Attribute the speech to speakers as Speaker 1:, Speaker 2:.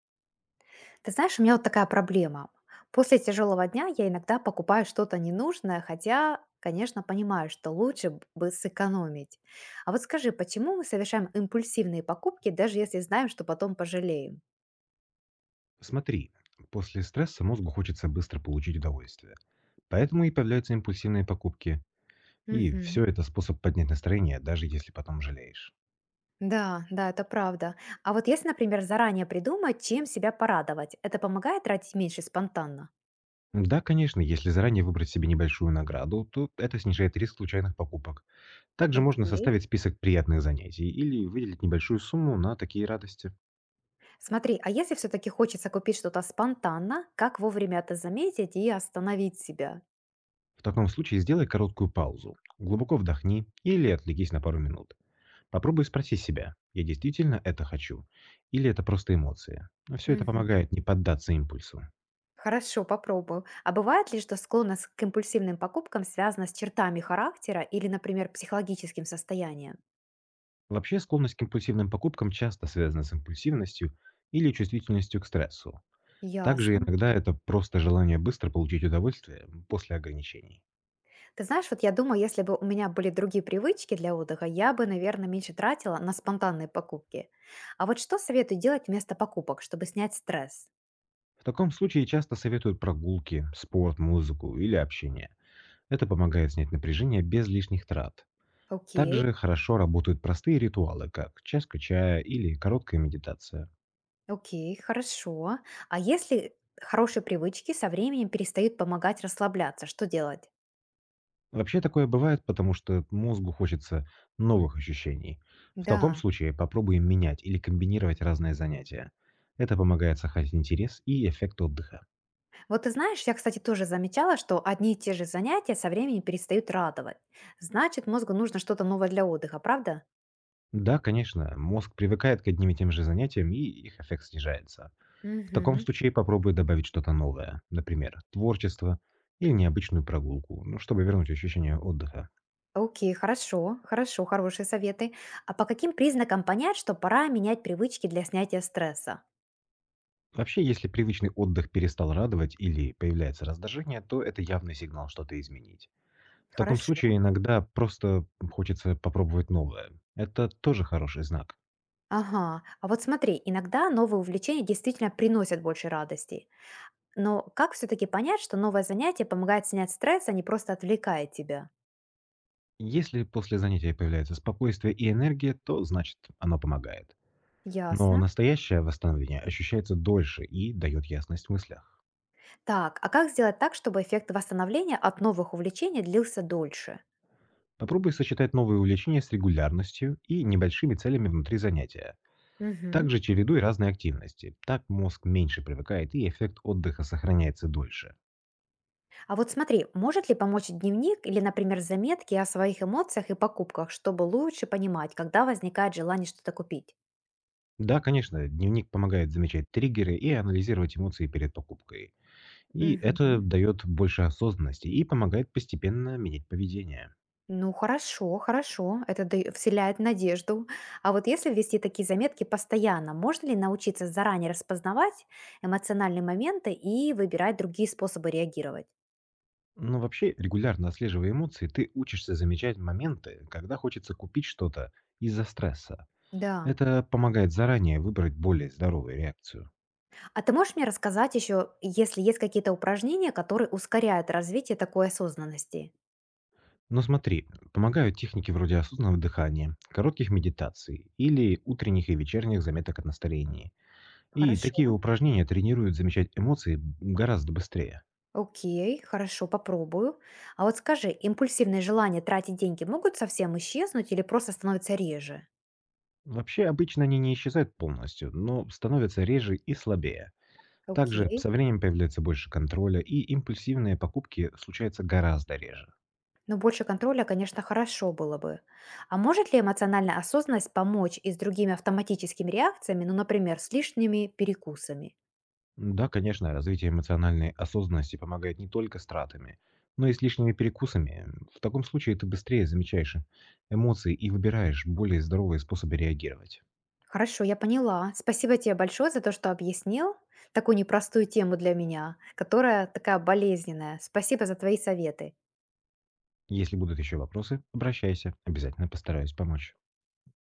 Speaker 1: Ты знаешь, у меня вот такая проблема. После тяжелого дня я иногда покупаю что-то ненужное, хотя, конечно, понимаю, что лучше бы сэкономить. А вот скажи, почему мы совершаем импульсивные покупки, даже если знаем, что потом пожалеем?
Speaker 2: Смотри, после стресса мозгу хочется быстро получить удовольствие. Поэтому и появляются импульсивные покупки. И
Speaker 1: Мгм.
Speaker 2: все это способ поднять настроение, даже если потом жалеешь.
Speaker 1: Да, да, это правда. А вот если, например, заранее придумать, чем себя порадовать, это помогает тратить меньше спонтанно?
Speaker 2: Да, конечно, если заранее выбрать себе небольшую награду, то это снижает риск случайных покупок. Также можно
Speaker 1: Окей.
Speaker 2: составить список приятных занятий или выделить небольшую сумму на такие радости.
Speaker 1: Смотри, а если все-таки хочется купить что-то спонтанно, как вовремя это заметить и остановить себя?
Speaker 2: В таком случае сделай короткую паузу, глубоко вдохни или отвлекись на пару минут. Попробуй спроси себя: "Я действительно это хочу или это просто эмоции?" Но всё это помогает не поддаться импульсу.
Speaker 1: Хорошо, попробую. А бывает ли, что склонность к импульсивным покупкам связана с чертами характера или, например, психологическим состоянием?
Speaker 2: Вообще, склонность к импульсивным покупкам часто связана с импульсивностью или чувствительностью к стрессу. Также
Speaker 1: Ясно.
Speaker 2: иногда это просто желание быстро получить удовольствие после ограничений.
Speaker 1: Ты знаешь, вот я думаю, если бы у меня были другие привычки для отдыха, я бы, наверное, меньше тратила на спонтанные покупки. А вот что советую делать вместо покупок, чтобы снять стресс?
Speaker 2: В таком случае часто советуют прогулки, спорт, музыку или общение. Это помогает снять напряжение без лишних трат.
Speaker 1: Окей,
Speaker 2: Также хорошо работают простые ритуалы, как чашка чая или короткая медитация.
Speaker 1: окей, хорошо. А если хорошие привычки со временем перестают помогать расслабляться, что делать?
Speaker 2: Вообще такое бывает, потому что мозгу хочется новых ощущений. В таком
Speaker 1: Да.
Speaker 2: случае попробуем менять или комбинировать разные занятия. Это помогает сохранить интерес и эффект отдыха.
Speaker 1: Вот ты знаешь, я, кстати, тоже замечала, что одни и те же занятия со временем перестают радовать. Значит, мозгу нужно что-то новое для отдыха, правда?
Speaker 2: Да, конечно, мозг привыкает к одним и тем же занятиям, и их эффект снижается. В таком
Speaker 1: Мгм.
Speaker 2: случае попробуй добавить что-то новое, например, творчество или необычную прогулку, ну, чтобы вернуть ощущение отдыха.
Speaker 1: Окей, хорошо, хорошо, хорошие советы. А по каким признакам понять, что пора менять привычки для снятия стресса?
Speaker 2: Вообще, если привычный отдых перестал радовать или появляется раздражение, то это явный сигнал что-то изменить. В таком
Speaker 1: Хорошо.
Speaker 2: случае иногда просто хочется попробовать новое. Это тоже хороший знак.
Speaker 1: Ага, а вот смотри, иногда новые увлечения действительно приносят больше радости. Но как все-таки понять, что новое занятие помогает снять стресс, а не просто отвлекает тебя?
Speaker 2: Если после занятия появляется спокойствие и энергия, то значит оно помогает. Но
Speaker 1: Ясно.
Speaker 2: настоящее восстановление ощущается дольше и дает ясность в мыслях.
Speaker 1: Так, а как сделать так, чтобы эффект восстановления от новых увлечений длился дольше?
Speaker 2: Попробуй сочетать новые увлечения с регулярностью и небольшими целями внутри занятия.
Speaker 1: Мгм.
Speaker 2: Также чередуй разные активности. Так мозг меньше привыкает и эффект отдыха сохраняется дольше.
Speaker 1: А вот смотри, может ли помочь дневник или, например, заметки о своих эмоциях и покупках, чтобы лучше понимать, когда возникает желание что-то купить?
Speaker 2: Да, конечно, дневник помогает замечать триггеры и анализировать эмоции перед покупкой. И это
Speaker 1: Мгм.
Speaker 2: дает больше осознанности и помогает постепенно менять поведение.
Speaker 1: Ну хорошо, хорошо, это вселяет надежду. А вот если вести такие заметки постоянно, можно ли научиться заранее распознавать эмоциональные моменты и выбирать другие способы реагировать?
Speaker 2: Но вообще, регулярно отслеживая эмоции, ты учишься замечать моменты, когда хочется купить что-то из-за стресса.
Speaker 1: Да.
Speaker 2: Это помогает заранее выбрать более здоровую реакцию.
Speaker 1: А ты можешь мне рассказать еще, если есть какие-то упражнения, которые ускоряют развитие такой осознанности?
Speaker 2: Но смотри, помогают техники вроде осознанного дыхания, коротких медитаций или утренних и вечерних заметок о настроении. И
Speaker 1: Хорошо.
Speaker 2: такие упражнения тренируют замечать эмоции гораздо быстрее.
Speaker 1: Окей, хорошо, попробую. А вот скажи, импульсивные желания тратить деньги могут совсем исчезнуть или просто становятся реже?
Speaker 2: Вообще, обычно они не исчезают полностью, но становятся реже и слабее. Также
Speaker 1: Окей.
Speaker 2: со временем появляется больше контроля, и импульсивные покупки случаются гораздо реже.
Speaker 1: Но больше контроля, конечно, хорошо было бы. А может ли эмоциональная осознанность помочь и с другими автоматическими реакциями, ну, например, с лишними перекусами?
Speaker 2: Да, конечно, развитие эмоциональной осознанности помогает не только с тратами, но и с лишними перекусами. В таком случае ты быстрее замечаешь эмоции и выбираешь более здоровые способы реагировать.
Speaker 1: Хорошо, я поняла. Спасибо тебе большое за то, что объяснил такую непростую тему для меня, которая такая болезненная. Спасибо за твои советы.
Speaker 2: Если будут еще вопросы, обращайся, обязательно постараюсь помочь.